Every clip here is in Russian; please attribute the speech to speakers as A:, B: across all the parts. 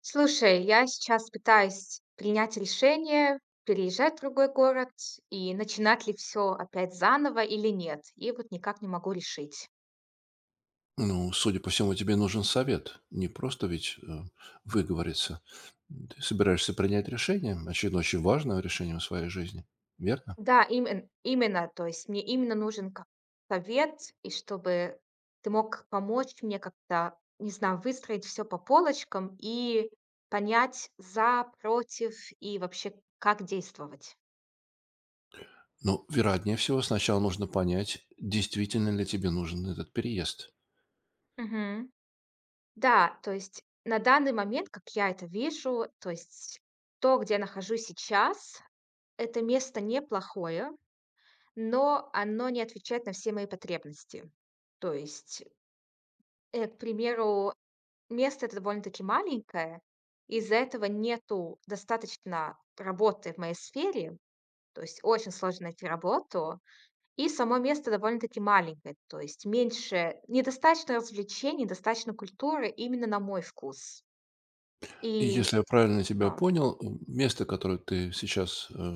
A: Слушай, я сейчас пытаюсь принять решение, переезжать в другой город и начинать ли все опять заново или нет. И вот никак не могу решить.
B: Ну, судя по всему, тебе нужен совет. Не просто ведь выговориться. Ты собираешься принять решение, очевидно, очень важное решение в своей жизни, верно?
A: Да, именно, то есть мне именно нужен как совет, и чтобы ты мог помочь мне как-то, не знаю, выстроить все по полочкам и понять за, против и вообще как действовать.
B: Но, вероятнее всего, сначала нужно понять, действительно ли тебе нужен этот переезд.
A: Мгм. Да, то есть на данный момент, как я это вижу, то есть то, где я нахожусь сейчас, это место неплохое, но оно не отвечает на все мои потребности. То есть, к примеру, место это довольно-таки маленькое, из-за этого нету достаточно работы в моей сфере, то есть очень сложно найти работу, и само место довольно-таки маленькое, то есть меньше, недостаточно развлечений, недостаточно культуры именно на мой вкус.
B: И
A: И
B: если я правильно тебя
A: да.
B: понял, место, которое ты сейчас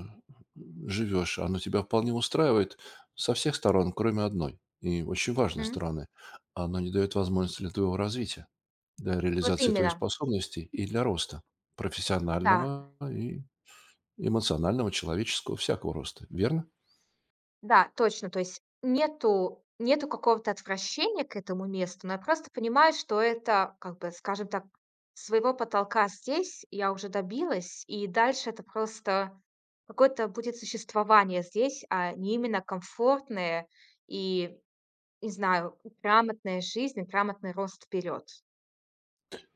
B: живешь, оно тебя вполне устраивает со всех сторон, кроме одной, и очень важной
A: Мгм.
B: стороны. Оно не дает возможности для твоего развития, для
A: Вот
B: реализации твоих
A: именно.
B: способностей и для роста
A: Да,
B: профессионального и эмоционального, человеческого, всякого роста. Верно?
A: да, точно. То есть нету какого-то отвращения к этому месту, но я просто понимаю, что это, как бы, скажем так, своего потолка здесь я уже добилась, и дальше это просто какое-то будет существование здесь, а не именно комфортная и, не знаю, грамотная жизнь и грамотный рост вперед.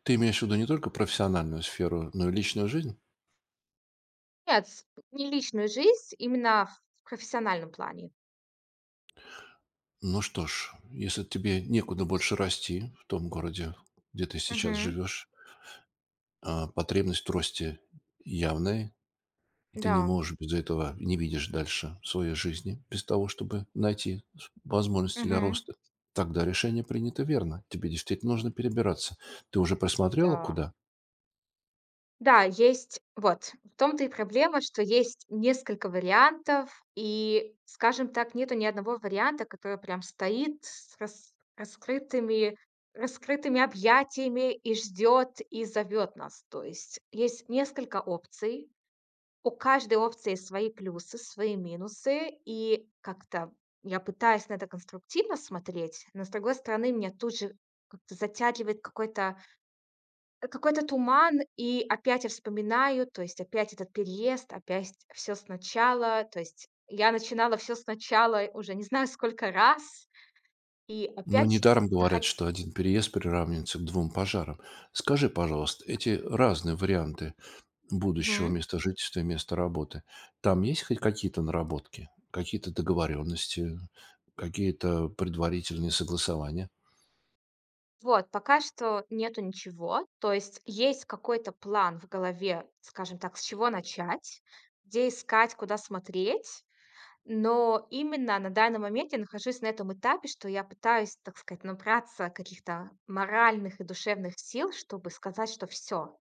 B: Ты имеешь в виду не только профессиональную сферу, но и личную жизнь?
A: Нет, с не личную жизнь, именно в профессиональном плане.
B: Ну что ж, если тебе некуда больше расти в том городе, где ты сейчас
A: Мгм.
B: живешь, а потребность в росте явная. Ты не
A: Да.
B: можешь без этого, не видишь дальше своей жизни, без того, чтобы найти возможности для
A: Мгм.
B: роста. Тогда решение принято верно. Тебе действительно нужно перебираться. Ты уже просмотрела
A: Да.
B: куда?
A: Да, есть вот в том-то и проблема, что есть несколько вариантов, и, скажем так, нету ни одного варианта, который прям стоит с раскрытыми объятиями и ждет, и зовет нас. То есть есть несколько опций. У каждой опции свои плюсы, свои минусы, и как-то я пытаюсь на это конструктивно смотреть, но, с другой стороны, меня тут же как-то затягивает какой-то туман, и опять я вспоминаю, то есть опять этот переезд, опять все сначала. То есть я начинала все сначала уже не знаю сколько раз, и
B: Но
A: опять
B: недаром
A: захо
B: говорят, что один переезд приравнивается к двум пожарам. Скажи, пожалуйста, эти разные варианты будущего
A: Мгм.
B: места жительства и места работы, там есть хоть какие-то наработки, какие-то договоренности, какие-то предварительные согласования?
A: Вот, пока что нету ничего. То есть есть какой-то план в голове, скажем так, с чего начать, где искать, куда смотреть. Но именно на данный момент я нахожусь на этом этапе, что я пытаюсь, так сказать, набраться каких-то моральных и душевных сил, чтобы сказать, что все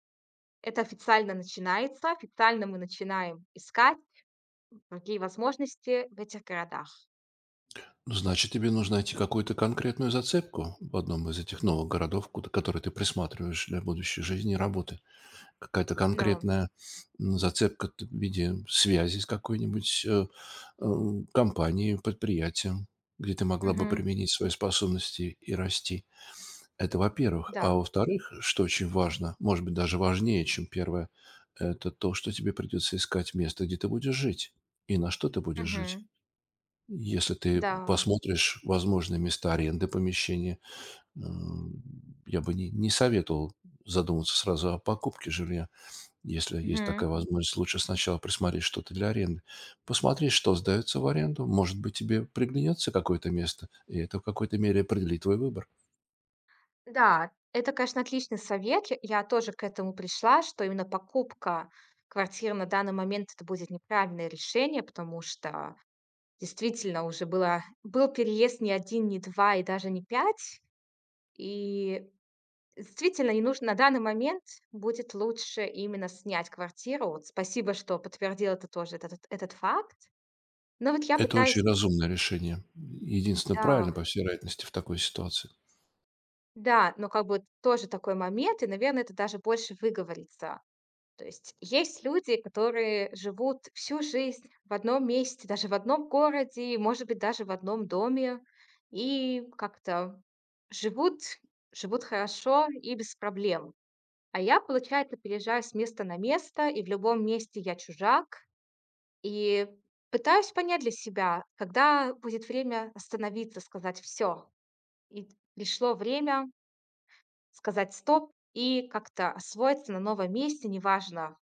A: это официально начинается, официально мы начинаем искать другие возможности в этих городах.
B: Значит, тебе нужно найти какую-то конкретную зацепку в одном из этих новых городов, куда, которые ты присматриваешь для будущей жизни и работы. Какая-то
A: Да.
B: конкретная, зацепка в виде связи с какой-нибудь компанией, предприятием, где ты могла бы
A: Мгм.
B: применить свои способности и расти. Это во-первых.
A: Да.
B: А во-вторых, что очень важно, может быть, даже важнее, чем первое, это то, что тебе придется искать место, где ты будешь жить и на что ты будешь жить.
A: Мгм.
B: Если ты
A: Да.
B: посмотришь возможные места аренды помещения, м, я бы не советовал задумываться сразу о покупке жилья. Если есть
A: Мгм.
B: такая возможность, лучше сначала присмотреть что-то для аренды. Посмотри, что сдается в аренду. Может быть, тебе приглянется какое-то место, и это в какой-то мере определит твой выбор.
A: Да, это, конечно, отличный совет. Я тоже к этому пришла, что именно покупка квартиры на данный момент — это будет неправильное решение, потому что действительно, уже был переезд не один, не 2 и даже не пять. И действительно, не нужно на данный момент, будет лучше именно снять квартиру. Вот спасибо, что подтвердил это тоже, этот факт. Но вот я
B: Это
A: пытаюсь,
B: очень разумное решение. Единственное правильно,
A: да,
B: по всей вероятности, в такой ситуации.
A: да, но как бы тоже такой момент, и, наверное, это даже больше выговорится То есть есть люди, которые живут всю жизнь в одном месте, даже в одном городе, может быть, даже в одном доме, и как-то живут, живут хорошо и без проблем. А я, получается, переезжаю с места на место, и в любом месте я чужак, и пытаюсь понять для себя, когда будет время остановиться, сказать: все. И пришло время сказать "стоп" и как-то освоиться на новом месте, неважно,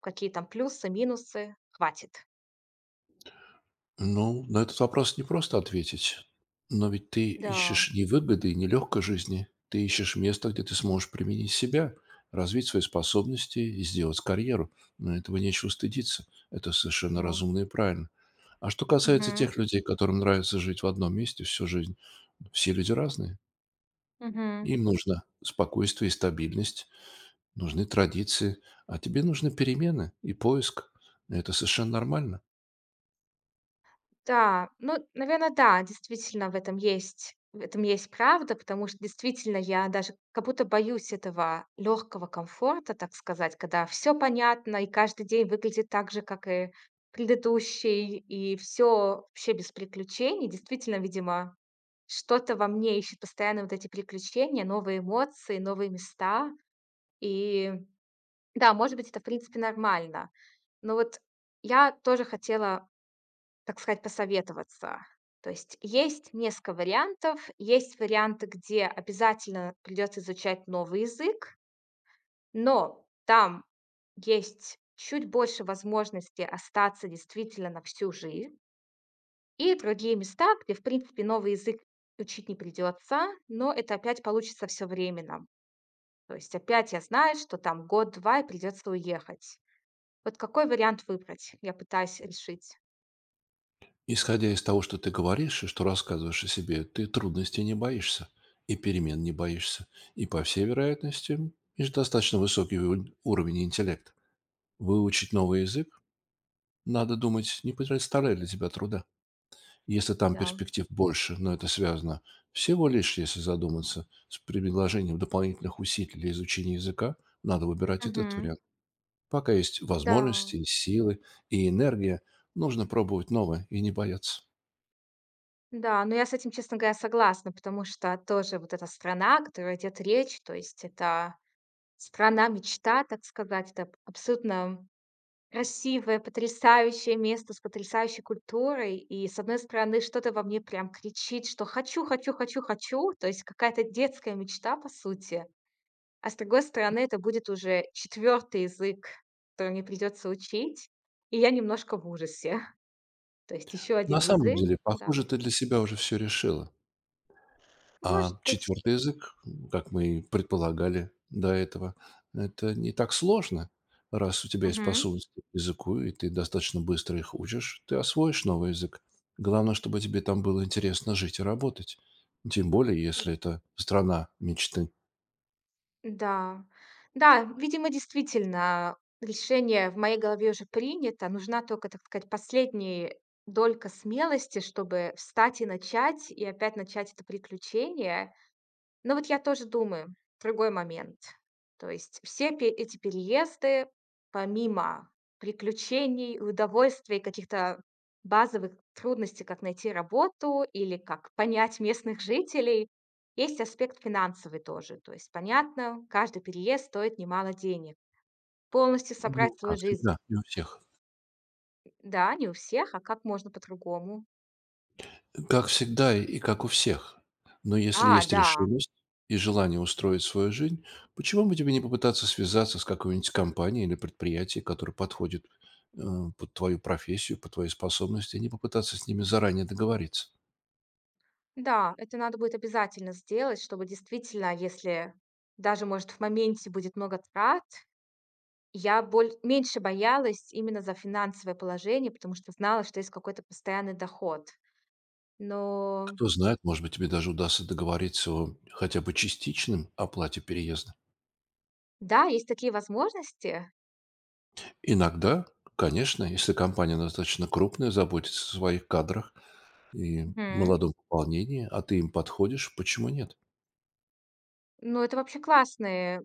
A: какие там плюсы, минусы. Хватит.
B: Ну, на этот вопрос непросто ответить. Но ведь ты
A: Да,
B: ищешь не выгоды и не легкой жизни. Ты ищешь место, где ты сможешь применить себя, развить свои способности и сделать карьеру. Но этого нечего стыдиться. Это совершенно
A: да.
B: разумно и правильно. А что касается
A: Мгм.
B: тех людей, которым нравится жить в одном месте всю жизнь, все люди разные.
A: Мгм.
B: Им нужно спокойствие и стабильность, нужны традиции, а тебе нужны перемены и поиск. Это совершенно нормально.
A: Да, ну, наверное, да, действительно, в этом есть правда, потому что действительно я даже как будто боюсь этого легкого комфорта, так сказать, когда все понятно и каждый день выглядит так же, как и предыдущий, и все вообще без приключений. Действительно, видимо, что-то во мне ищет постоянно вот эти приключения, новые эмоции, новые места. И да, может быть, это в принципе нормально. Но вот я тоже хотела, так сказать, посоветоваться. То есть есть несколько вариантов. Есть варианты, где обязательно придется изучать новый язык, но там есть чуть больше возможности остаться действительно на всю жизнь. И другие места, где, в принципе, новый язык учить не придется, но это опять получится все временно. То есть опять я знаю, что там год-два и придется уехать. Вот какой вариант выбрать? Я пытаюсь решить.
B: Исходя из того, что ты говоришь и что рассказываешь о себе, ты трудностей не боишься и перемен не боишься. И, по всей вероятности, есть достаточно высокий уровень интеллекта. Выучить новый язык, надо думать, не представляет для тебя труда. Если там
A: Да.
B: перспектив больше, но это связано всего лишь, если задуматься, с предложением дополнительных усилий для изучения языка, надо выбирать этот
A: Мгм.
B: вариант. Пока есть
A: Да.
B: возможности, силы и энергия, нужно пробовать новое и не бояться.
A: Да, но я с этим, честно говоря, согласна, потому что тоже вот эта страна, о которой идет речь, то есть это страна-мечта, так сказать, это абсолютно красивое, потрясающее место с потрясающей культурой. И, с одной стороны, что-то во мне прям кричит, что хочу, хочу, хочу, хочу, то есть какая-то детская мечта, по сути. А с другой стороны, это будет уже четвертый язык, который мне придется учить, и я немножко в ужасе. То есть еще
B: На
A: один
B: самом
A: язык,
B: деле,
A: да,
B: похоже, ты для себя уже все решила.
A: может
B: А
A: быть.
B: четвертый язык, как мы и предполагали до этого, это не так сложно. Раз у тебя есть
A: Мгм.
B: способности к языку, и ты достаточно быстро их учишь, ты освоишь новый язык. Главное, чтобы тебе там было интересно жить и работать. Тем более, если это страна мечты.
A: Да. Да, видимо, действительно, решение в моей голове уже принято. Нужна только, так сказать, последняя долька смелости, чтобы встать и начать, и опять начать это приключение. Ну вот я тоже думаю, другой момент. То есть все пе эти переезды, помимо приключений, удовольствий, каких-то базовых трудностей, как найти работу или как понять местных жителей, есть аспект финансовый тоже. То есть, понятно, каждый переезд стоит немало денег. Полностью собрать
B: Ну, как
A: свою жизнь,
B: всегда, не у всех.
A: да, не у всех, а как можно по-другому?
B: Как всегда и как у всех. Но если
A: А,
B: есть
A: да.
B: решимость и желание устроить свою жизнь, почему бы тебе не попытаться связаться с какой-нибудь компанией или предприятием, которое подходит э, под твою профессию, под твои способности, и не попытаться с ними заранее договориться?
A: Да, это надо будет обязательно сделать, чтобы действительно, если даже, может, в моменте будет много трат, я боль меньше боялась именно за финансовое положение, потому что знала, что есть какой-то постоянный доход. Но
B: Кто знает, может быть, тебе даже удастся договориться о хотя бы частичном оплате переезда.
A: да, есть такие возможности.
B: Иногда, конечно, если компания достаточно крупная, заботится о своих кадрах и
A: Мгм.
B: молодом пополнении, а ты им подходишь, почему нет?
A: Но это вообще классные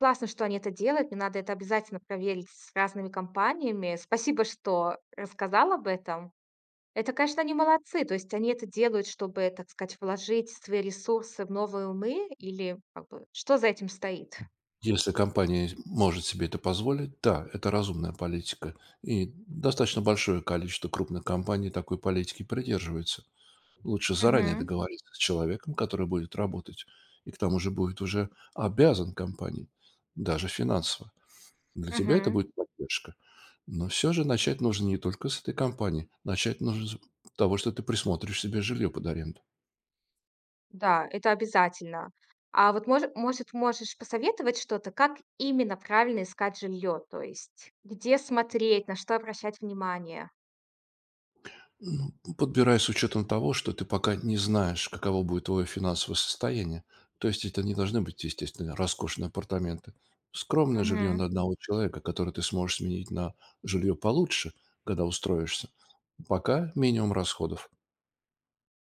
A: классно, что они это делают. Мне надо это обязательно проверить с разными компаниями. Спасибо, что рассказал об этом. Это, конечно, они молодцы. То есть они это делают, чтобы, так сказать, вложить свои ресурсы в новые умы или как бы что за этим стоит?
B: Если компания может себе это позволить, да, это разумная политика. И достаточно большое количество крупных компаний такой политики придерживается. Лучше заранее
A: Мгм.
B: договориться с человеком, который будет работать, и к тому же будет уже обязан компании, даже финансово. Для тебя это
A: Мгм.
B: будет поддержка. Но все же начать нужно не только с этой компании. Начать нужно с того, что ты присмотришь себе жилье под аренду.
A: Да, это обязательно. А вот может, можешь посоветовать что-то, как именно правильно искать жилье? То есть где смотреть, на что обращать внимание?
B: Ну, подбирай с учетом того, что ты пока не знаешь, каково будет твое финансовое состояние. То есть это не должны быть, естественно, роскошные апартаменты. Скромное жилье
A: Мгм.
B: на одного человека, которое ты сможешь сменить на жилье получше, когда устроишься. Пока минимум расходов.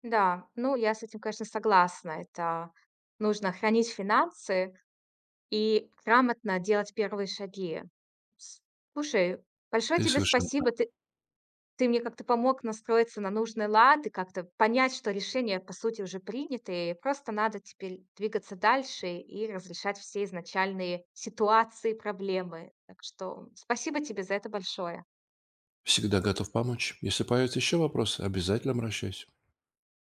A: Да, ну, я с этим, конечно, согласна. Это нужно хранить финансы и грамотно делать первые шаги. С Слушай, большое
B: Ты
A: тебе
B: совершенно прав.
A: спасибо. Ты мне как-то помог настроиться на нужный лад и как-то понять, что решение, по сути, уже принято, и просто надо теперь двигаться дальше и разрешать все изначальные ситуации, проблемы. Так что спасибо тебе за это большое.
B: Всегда готов помочь. Если появятся еще вопросы, обязательно обращайся.